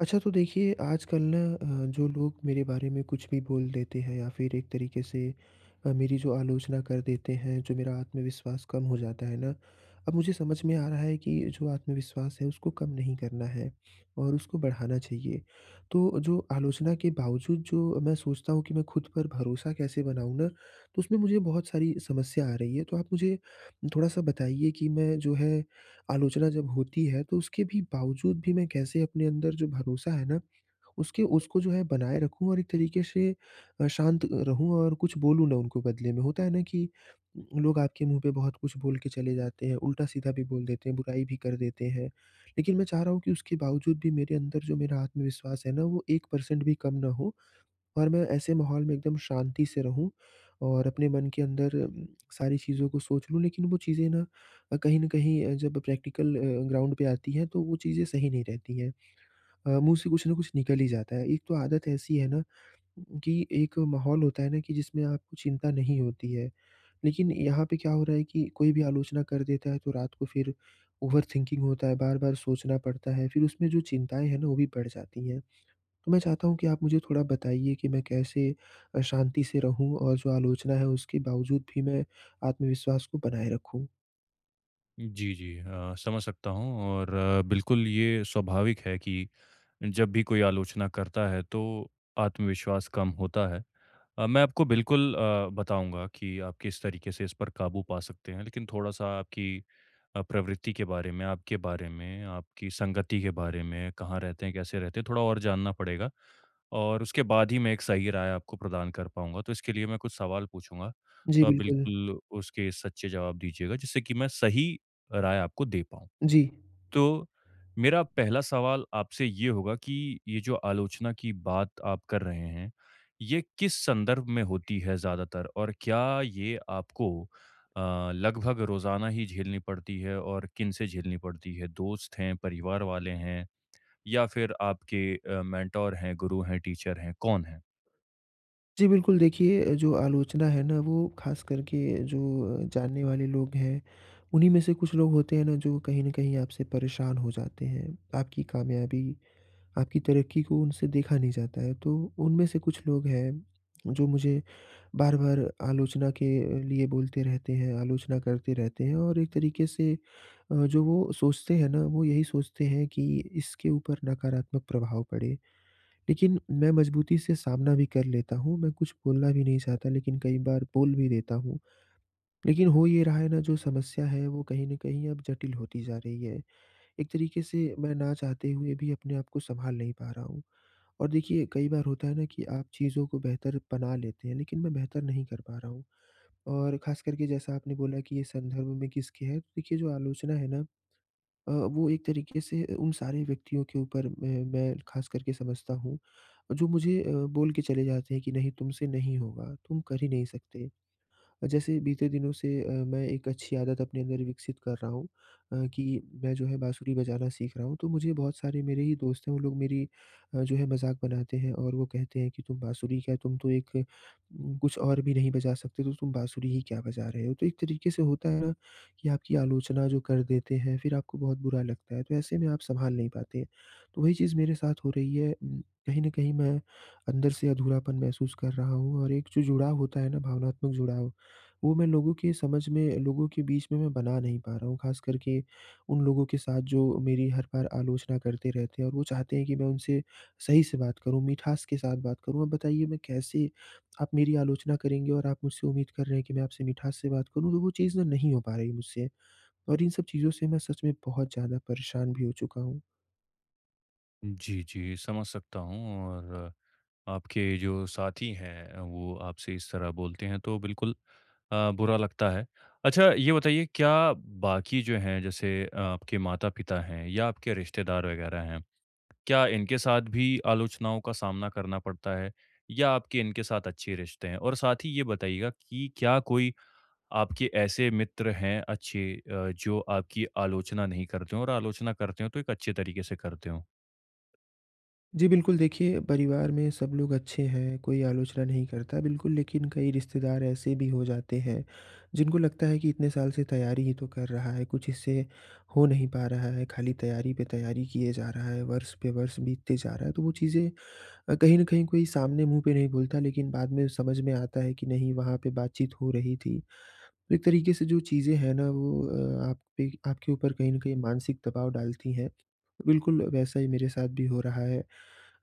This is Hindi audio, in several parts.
अच्छा, तो देखिए, आजकल ना जो लोग मेरे बारे में कुछ भी बोल देते हैं या फिर एक तरीके से मेरी जो आलोचना कर देते हैं, जो मेरा आत्मविश्वास कम हो जाता है ना, अब मुझे समझ में आ रहा है कि जो आत्मविश्वास है उसको कम नहीं करना है और उसको बढ़ाना चाहिए। तो जो आलोचना के बावजूद जो मैं सोचता हूँ कि मैं खुद पर भरोसा कैसे बनाऊँ ना, तो उसमें मुझे बहुत सारी समस्या आ रही है। तो आप मुझे थोड़ा-सा बताइए कि मैं जो है आलोचना जब होती है तो उसके भी बावजूद भी मैं कैसे अपने अंदर जो भरोसा है ना उसके उसको जो है बनाए रखूँ और एक तरीके से शांत रहूँ और कुछ बोलूँ ना उनको बदले में। होता है ना कि लोग आपके मुँह पे बहुत कुछ बोल के चले जाते हैं, उल्टा-सीधा भी बोल देते हैं, बुराई भी कर देते हैं। लेकिन मैं चाह रहा हूँ कि उसके बावजूद भी मेरे अंदर जो मेरा आत्मविश्वास है ना वो 1% भी कम ना हो और मैं ऐसे माहौल में एकदम शांति से रहूँ और अपने मन के अंदर सारी चीज़ों को सोच लूँ। लेकिन वो चीज़ें ना कहीं न कहीं जब प्रैक्टिकल ग्राउंड पे आती हैं, तो वो चीज़ें सही नहीं रहती हैं। मुँह से कुछ न कुछ निकल ही जाता है। एक तो आदत ऐसी है ना कि एक माहौल होता है ना कि जिसमें आपको चिंता नहीं होती है। लेकिन यहाँ पे क्या हो रहा है कि कोई भी आलोचना कर देता है, तो रात को फिर ओवरथिंकिंग होता है, बार-बार सोचना पड़ता है। फिर उसमें जो चिंताएँ हैं ना, वो भी बढ़ जाती हैं। तो मैं चाहता हूँ कि आप मुझे थोड़ा बताइए कि मैं कैसे शांति से रहूँ और जो आलोचना है उसके बावजूद भी मैं आत्मविश्वास को बनाए रखूँ? जी, जी। समझ सकता हूँ और बिल्कुल ये स्वाभाविक है कि जब भी कोई आलोचना करता है तो आत्मविश्वास कम होता है। मैं आपको बिल्कुल बताऊँगा कि आप किस तरीके से इस पर काबू पा सकते हैं, लेकिन थोड़ा-सा आपकी प्रवृत्ति के बारे में, आपके बारे में, आपकी संगति के बारे में, कहाँ रहते हैं, कैसे रहते हैं, थोड़ा और जानना पड़ेगा और उसके बाद ही मैं एक सही राय आपको प्रदान कर पाऊँगा। तो इसके लिए मैं कुछ सवाल पूछूँगा, जी, तो आप बिल्कुल। बिल्कुल उसके सच्चे जवाब दीजिएगा जिससे कि मैं सही राय आपको दे पाऊँ। जी। तो मेरा पहला सवाल आपसे ये होगा कि ये जो आलोचना की बात आप कर रहे हैं, ये किस संदर्भ में होती है ज़्यादातर? और क्या ये आपको लगभग रोज़ाना ही झेलनी पड़ती है और किनसे झेलनी पड़ती है? दोस्त हैं, परिवार वाले हैं या फिर आपके मेंटर हैं, गुरु हैं, टीचर हैं, कौन हैं? जी, बिल्कुल, देखिए जो आलोचना है ना वो ख़ास करके जो जानने वाले लोग हैं, उन्हीं में से कुछ लोग होते हैं ना जो कहीं न कहीं आपसे परेशान हो जाते हैं, आपकी कामयाबी आपकी तरक्की को उनसे देखा नहीं जाता है। तो उनमें से कुछ लोग हैं, जो मुझे बार-बार आलोचना के लिए बोलते रहते हैं, आलोचना करते रहते हैं और एक तरीके से जो वो सोचते हैं ना, वो यही सोचते हैं कि इसके ऊपर नकारात्मक प्रभाव पड़े। लेकिन मैं मजबूती से सामना भी कर लेता हूँ, मैं कुछ बोलना भी नहीं चाहता लेकिन कई बार बोल भी देता हूँ। लेकिन हो ये रहा है ना जो समस्या है वो कहीं न कहीं अब जटिल होती जा रही है। एक तरीके से मैं ना चाहते हुए भी अपने आप को सँभाल नहीं पा रहा हूँ। और देखिए कई बार होता है ना कि आप चीज़ों को बेहतर बना लेते हैं लेकिन मैं बेहतर नहीं कर पा रहा हूँ। और ख़ास करके जैसा आपने बोला कि ये संदर्भ में किसके है, तो देखिए जो आलोचना है ना वो एक तरीके से उन सारे व्यक्तियों के ऊपर मैं ख़ास करके समझता हूँ, जो मुझे बोल के चले जाते हैं कि नहीं तुमसे नहीं होगा, तुम कर ही नहीं सकते। जैसे बीते दिनों से मैं एक अच्छी आदत अपने अंदर विकसित कर रहा हूँ कि मैं जो है बाँसुरी बजाना सीख रहा हूँ। तो मुझे बहुत सारे मेरे ही दोस्त हैं, वो लोग मेरी जो है मज़ाक बनाते हैं और वो कहते हैं कि तुम बाँसुरी क्या, तुम तो एक कुछ और भी नहीं बजा सकते, तो तुम बाँसुरी ही क्या बजा रहे हो? तो एक तरीके से होता है ना कि आपकी आलोचना जो कर देते हैं, फिर आपको बहुत बुरा लगता है, तो ऐसे में आप सँभाल नहीं पाते। तो वही चीज़ मेरे साथ हो रही है, कहीं न कहीं मैं अंदर से अधूरापन महसूस कर रहा हूँ और एक जो जुड़ाव होता है ना भावनात्मक जुड़ाव, वो मैं लोगों के बीच में मैं बना नहीं पा रहा हूँ, ख़ास करके उन लोगों के साथ जो मेरी हर बार आलोचना करते रहते हैं और वो चाहते हैं कि मैं उनसे सही से बात करूँ, मिठास के साथ बात करूँ। अब बताइए मैं कैसे, आप मेरी आलोचना करेंगे और आप मुझसे उम्मीद कर रहे हैं कि मैं आपसे मिठास से बात करूँ, तो वो चीज़ ना नहीं हो पा रही मुझसे और इन सब चीज़ों से मैं सच में बहुत ज़्यादा परेशान भी हो चुका हूँ। जी, जी, समझ सकता हूँ और आपके जो साथी हैं वो आपसे इस तरह बोलते हैं तो बिल्कुल बुरा लगता है। अच्छा ये बताइए क्या बाकी जो हैं जैसे आपके माता-पिता हैं या आपके रिश्तेदार वग़ैरह हैं, क्या इनके साथ भी आलोचनाओं का सामना करना पड़ता है या आपके इनके साथ अच्छे रिश्ते हैं? और साथ ही ये बताइएगा कि क्या कोई आपके ऐसे मित्र हैं अच्छे जो आपकी आलोचना नहीं करते हों और आलोचना करते हों तो एक अच्छे तरीके से करते हों? जी, बिल्कुल, देखिए, परिवार में सब लोग अच्छे हैं, कोई आलोचना नहीं करता बिल्कुल, लेकिन कई रिश्तेदार ऐसे भी हो जाते हैं, जिनको लगता है कि इतने साल से तैयारी ही तो कर रहा है, कुछ इससे हो नहीं पा रहा है, खाली तैयारी पे तैयारी किए जा रहा है, वर्ष पे वर्ष बीतते जा रहा है, तो वो चीज़ें कहीं न कहीं, कोई सामने मुँह पे नहीं बोलता लेकिन बाद में समझ में आता है कि नहीं, वहाँ पे बातचीत हो रही थी। तो एक तरीके से जो चीज़ें हैं ना वो आप पे आपके ऊपर कहीं न कहीं मानसिक दबाव डालती हैं। बिल्कुल वैसा ही मेरे साथ भी हो रहा है।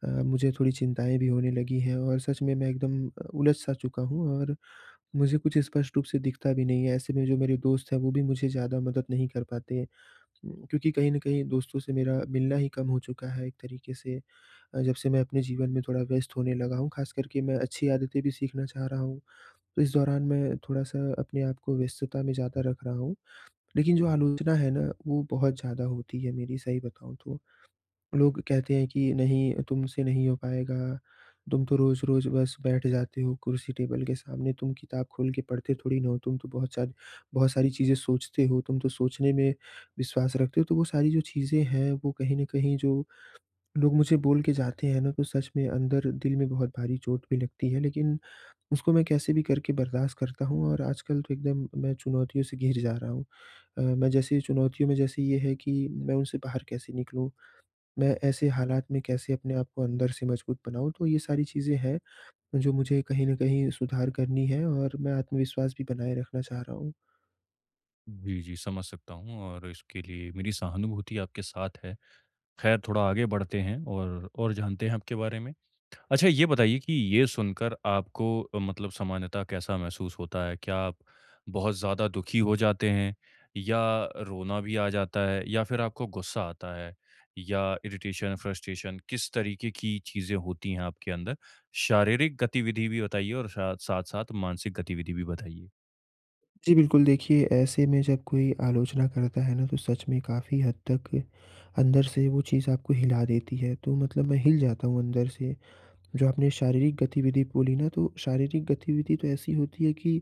मुझे थोड़ी चिंताएँ भी होने लगी हैं और सच में मैं एकदम उलझ-सा चुका हूँ और मुझे कुछ स्पष्ट रूप से दिखता भी नहीं है। ऐसे में जो मेरे दोस्त हैं वो भी मुझे ज़्यादा मदद नहीं कर पाते। क्योंकि कहीं न कहीं दोस्तों से मेरा मिलना ही कम हो चुका है एक तरीके से। जब से मैं अपने जीवन में थोड़ा व्यस्त होने लगा हूँ, ख़ास करके मैं अच्छी आदतें भी सीखना चाह रहा हूँ। तो इस दौरान मैं थोड़ा-सा अपने आप को व्यस्तता में ज़्यादा रख रहा हूँ। लेकिन जो आलोचना है ना, वो बहुत ज़्यादा होती है मेरी, सही बताऊँ तो। लोग कहते हैं कि नहीं तुमसे नहीं हो पाएगा, तुम तो रोज़-रोज़ बस बैठ जाते हो कुर्सी टेबल के सामने, तुम किताब खोल के पढ़ते थोड़ी ना हो, तुम तो बहुत सारी चीज़ें सोचते हो, तुम तो सोचने में विश्वास रखते हो। तो वो सारी जो चीज़ें हैं, वो कहीं न कहीं जो लोग मुझे बोल के जाते हैं ना तो सच में अंदर दिल में बहुत भारी चोट भी लगती है, लेकिन उसको मैं कैसे भी करके बर्दाश्त करता हूँ और आजकल तो एकदम मैं चुनौतियों से घिर जा रहा हूँ। मैं जैसे चुनौतियों में जैसे ये है कि मैं उनसे बाहर कैसे निकलूँ? मैं ऐसे हालात में कैसे अपने आप को अंदर से मजबूत बनाऊँ? तो ये सारी चीज़ें हैं, जो मुझे कहीं न कहीं सुधार करनी है और मैं आत्मविश्वास भी बनाए रखना चाह रहा हूँ। जी, जी, समझ सकता हूँ और इसके लिए मेरी सहानुभूति आपके साथ है। खैर थोड़ा आगे बढ़ते हैं और जानते हैं आपके बारे में। अच्छा ये बताइए कि ये सुनकर आपको मतलब सामान्यतः कैसा महसूस होता है? क्या आप बहुत ज़्यादा दुखी हो जाते हैं या रोना भी आ जाता है या फिर आपको गुस्सा आता है या इरिटेशन, फ्रस्ट्रेशन किस तरीके की चीज़ें होती हैं आपके अंदर? शारीरिक गतिविधि भी बताइए और साथ-साथ मानसिक गतिविधि भी बताइए। जी बिल्कुल, देखिए ऐसे में जब कोई आलोचना करता है ना तो सच में काफ़ी हद तक अंदर से वो चीज़ आपको हिला देती है। तो मतलब मैं हिल जाता हूँ अंदर से। जो आपने शारीरिक गतिविधि बोली ना तो शारीरिक गतिविधि तो ऐसी होती है कि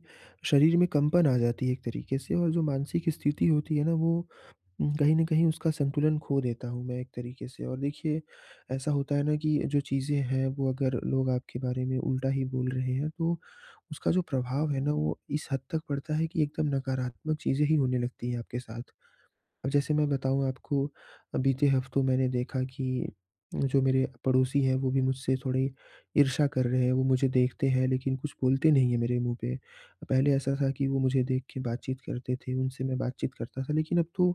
शरीर में कंपन आ जाती है एक तरीके से और जो मानसिक स्थिति होती है ना वो कहीं न कहीं उसका संतुलन खो देता हूँ मैं एक तरीके से और देखिए, ऐसा होता है ना कि जो चीज़ें हैं वो अगर लोग आपके बारे में उल्टा ही बोल रहे हैं तो उसका जो प्रभाव है ना वो इस हद तक पड़ता है कि एकदम नकारात्मक चीज़ें ही होने लगती हैं आपके साथ। अब जैसे मैं बताऊँ आपको, बीते हफ्तों मैंने देखा कि जो मेरे पड़ोसी हैं, वो भी मुझसे थोड़ी ईर्ष्या कर रहे हैं। वो मुझे देखते हैं लेकिन कुछ बोलते नहीं हैं मेरे मुँह पे। पहले ऐसा था कि वो मुझे देख के बातचीत करते थे, उनसे मैं बातचीत करता था लेकिन अब तो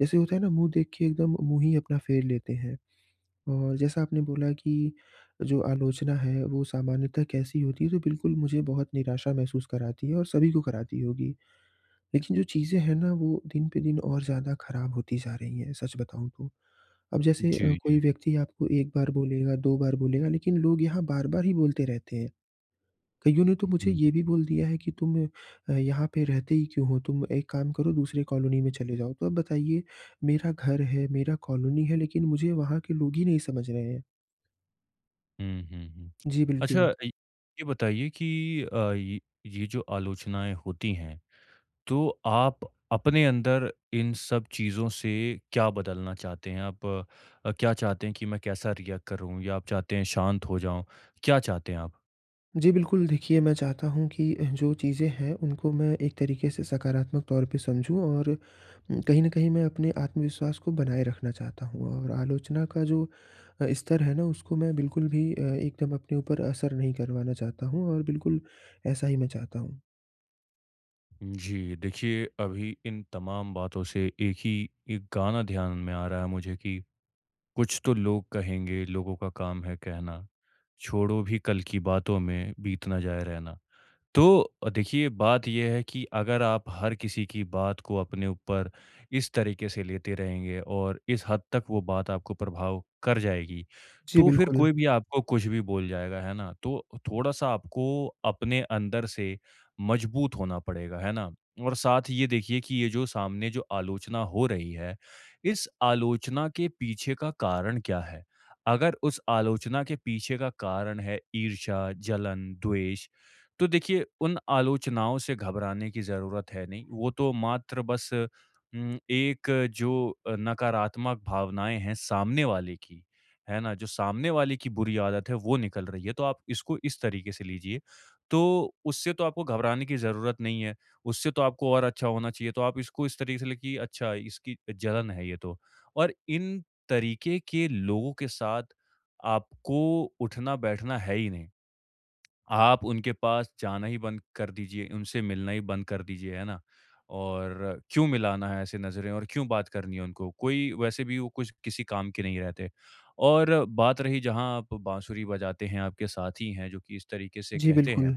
जैसे होता है ना, मुँह देख के एकदम मुँह ही अपना फेर लेते हैं। और जैसा आपने बोला कि जो आलोचना है वो सामान्यतः कैसी होती है, तो बिल्कुल मुझे बहुत निराशा महसूस कराती है और सभी को कराती होगी। लेकिन जो चीज़ें हैं ना वो दिन पे दिन और ज़्यादा ख़राब होती जा रही हैं, सच बताऊँ तो। अब जैसे जी, जी। कोई व्यक्ति आपको 1 बार बोलेगा, 2 बार बोलेगा लेकिन लोग यहाँ बार-बार ही बोलते रहते हैं। कइयों ने तो मुझे हुँ। ये भी बोल दिया है कि तुम यहाँ पे रहते ही क्यों हो? तुम एक काम करो, दूसरे कॉलोनी में चले जाओ। तो अब बताइए, मेरा घर है, मेरा कॉलोनी है लेकिन मुझे वहाँ के लोग ही नहीं समझ रहे हैं। हुँ, हुँ, हुँ। जी, अच्छा बिल्कुल। य ये बताइए कि ये जो आलोचनाएँ होती हैं, तो आप अपने अंदर इन सब चीज़ों से क्या बदलना चाहते हैं? आप क्या चाहते हैं कि मैं कैसा रिएक्ट करूँ या आप चाहते हैं शांत हो जाऊँ? क्या चाहते हैं आप? जी बिल्कुल, देखिए मैं चाहता हूँ कि जो चीज़ें हैं उनको मैं एक तरीके से सकारात्मक तौर पे समझूँ और कहीं न कहीं मैं अपने आत्मविश्वास को बनाए रखना चाहता हूँ और आलोचना का जो स्तर है ना उसको मैं बिल्कुल भी एकदम अपने ऊपर असर नहीं करवाना चाहता हूँ और बिल्कुल ऐसा ही मैं चाहता हूँ। जी, देखिए अभी इन तमाम बातों से एक गाना ध्यान में आ रहा है मुझे कि कुछ तो लोग कहेंगे, लोगों का काम है कहना, छोड़ो भी कल की बातों में बीत ना जाए रहना। तो देखिए बात यह है कि अगर आप हर किसी की बात को अपने ऊपर इस तरीके से लेते रहेंगे और इस हद तक वो बात आपको प्रभाव कर जाएगी, जी तो फिर बिल्कुल। कोई भी आपको कुछ भी बोल जाएगा, है ना? तो थोड़ा-सा आपको अपने अंदर से मजबूत होना पड़ेगा, है ना? और साथ ये देखिए कि ये जो सामने जो आलोचना हो रही है, इस आलोचना के पीछे का कारण क्या है? अगर उस आलोचना के पीछे का कारण है ईर्ष्या, जलन, द्वेष तो देखिए, उन आलोचनाओं से घबराने की ज़रूरत है नहीं, वो तो मात्र बस एक जो नकारात्मक भावनाएँ हैं सामने वाले की, है ना? जो सामने वाले की बुरी आदत है, वो निकल रही है, तो आप इसको इस तरीके से लीजिए। तो उससे तो आपको घबराने की ज़रूरत नहीं है, उससे तो आपको और अच्छा होना चाहिए, तो आप इसको इस तरीके से लें कि अच्छा, इसकी जलन है ये तो। और इन तरीके के लोगों के साथ आपको उठना-बैठना है ही नहीं। आप उनके पास जाना ही बंद कर दीजिए, उनसे मिलना ही बंद कर दीजिए, है ना? और क्यों मिलाना है ऐसे नज़रें और क्यों बात करनी है उनको? कोई वैसे भी वो कुछ किसी काम के नहीं रहते। और बात रही जहाँ आप बाँसुरी बजाते हैं, आपके साथी हैं जो कि इस तरीके से जी कहते हैं बिल्कुल।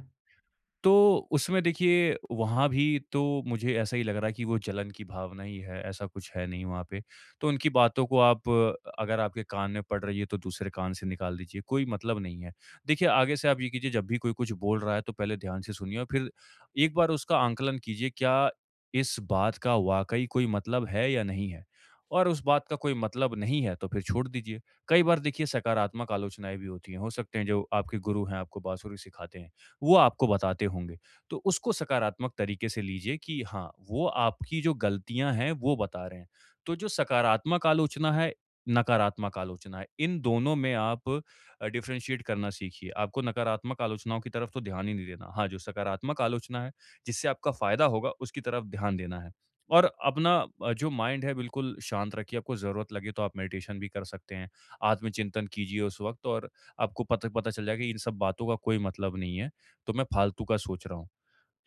तो उसमें देखिए वहाँ भी तो मुझे ऐसा ही लग रहा है कि वो जलन की भावना ही है, ऐसा कुछ है नहीं वहाँ पे। तो उनकी बातों को आप, अगर आपके कान में पड़ रही है तो दूसरे कान से निकाल दीजिए, कोई मतलब नहीं है। देखिए आगे से आप ये कीजिए जब भी कोई कुछ बोल रहा है तो पहले ध्यान से सुनिए और फिर एक बार उसका आंकलन कीजिए क्या इस बात का वाक़ई कोई मतलब है या नहीं है? और उस बात का कोई मतलब नहीं है तो फिर छोड़ दीजिए। कई बार देखिए सकारात्मक आलोचनाएँ भी होती हैं, हो सकते हैं जो आपके गुरु हैं आपको बाँसुरी सिखाते हैं। वो आपको बताते होंगे। तो उसको सकारात्मक तरीके से लीजिए कि हाँ, वो आपकी जो गलतियाँ हैं, वो बता रहे हैं। तो जो सकारात्मक आलोचना है, नकारात्मक आलोचना है, इन दोनों में आप डिफ़रेंशिएट करना सीखिए। आपको नकारात्मक आलोचनाओं की तरफ तो ध्यान ही नहीं देना। हाँ, जो सकारात्मक आलोचना है, जिससे आपका फ़ायदा होगा, उसकी तरफ ध्यान देना है। और अपना जो माइंड है, बिल्कुल शांत रखिए। आपको ज़रूरत लगे तो आप मेडिटेशन भी कर सकते हैं। आत्मचिंतन कीजिए उस वक़्त और आपको पता पता चल जाएगा कि इन सब बातों का कोई मतलब नहीं है। तो मैं फालतू का सोच रहा हूँ।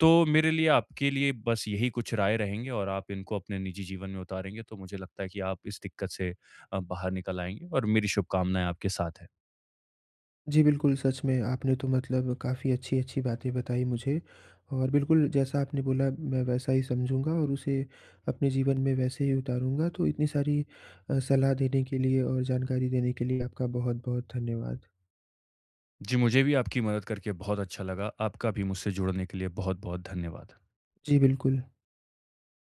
तो मेरे लिए आपके लिए बस यही कुछ राय रहेंगे और आप इनको अपने निजी जीवन में उतारेंगे तो मुझे लगता है कि आप इस दिक्कत से बाहर निकल आएँगे और मेरी शुभकामनाएँ आपके साथ हैं। जी, बिल्कुल, सच में आपने तो मतलब काफ़ी अच्छी-अच्छी बातें बताई मुझे और बिल्कुल जैसा आपने बोला मैं वैसा ही समझूँगा और उसे अपने जीवन में वैसे ही उतारूँगा। तो इतनी सारी सलाह देने के लिए और जानकारी देने के लिए आपका बहुत-बहुत धन्यवाद। जी, मुझे भी आपकी मदद करके बहुत अच्छा लगा। आपका भी मुझसे जुड़ने के लिए बहुत-बहुत धन्यवाद। जी, बिल्कुल।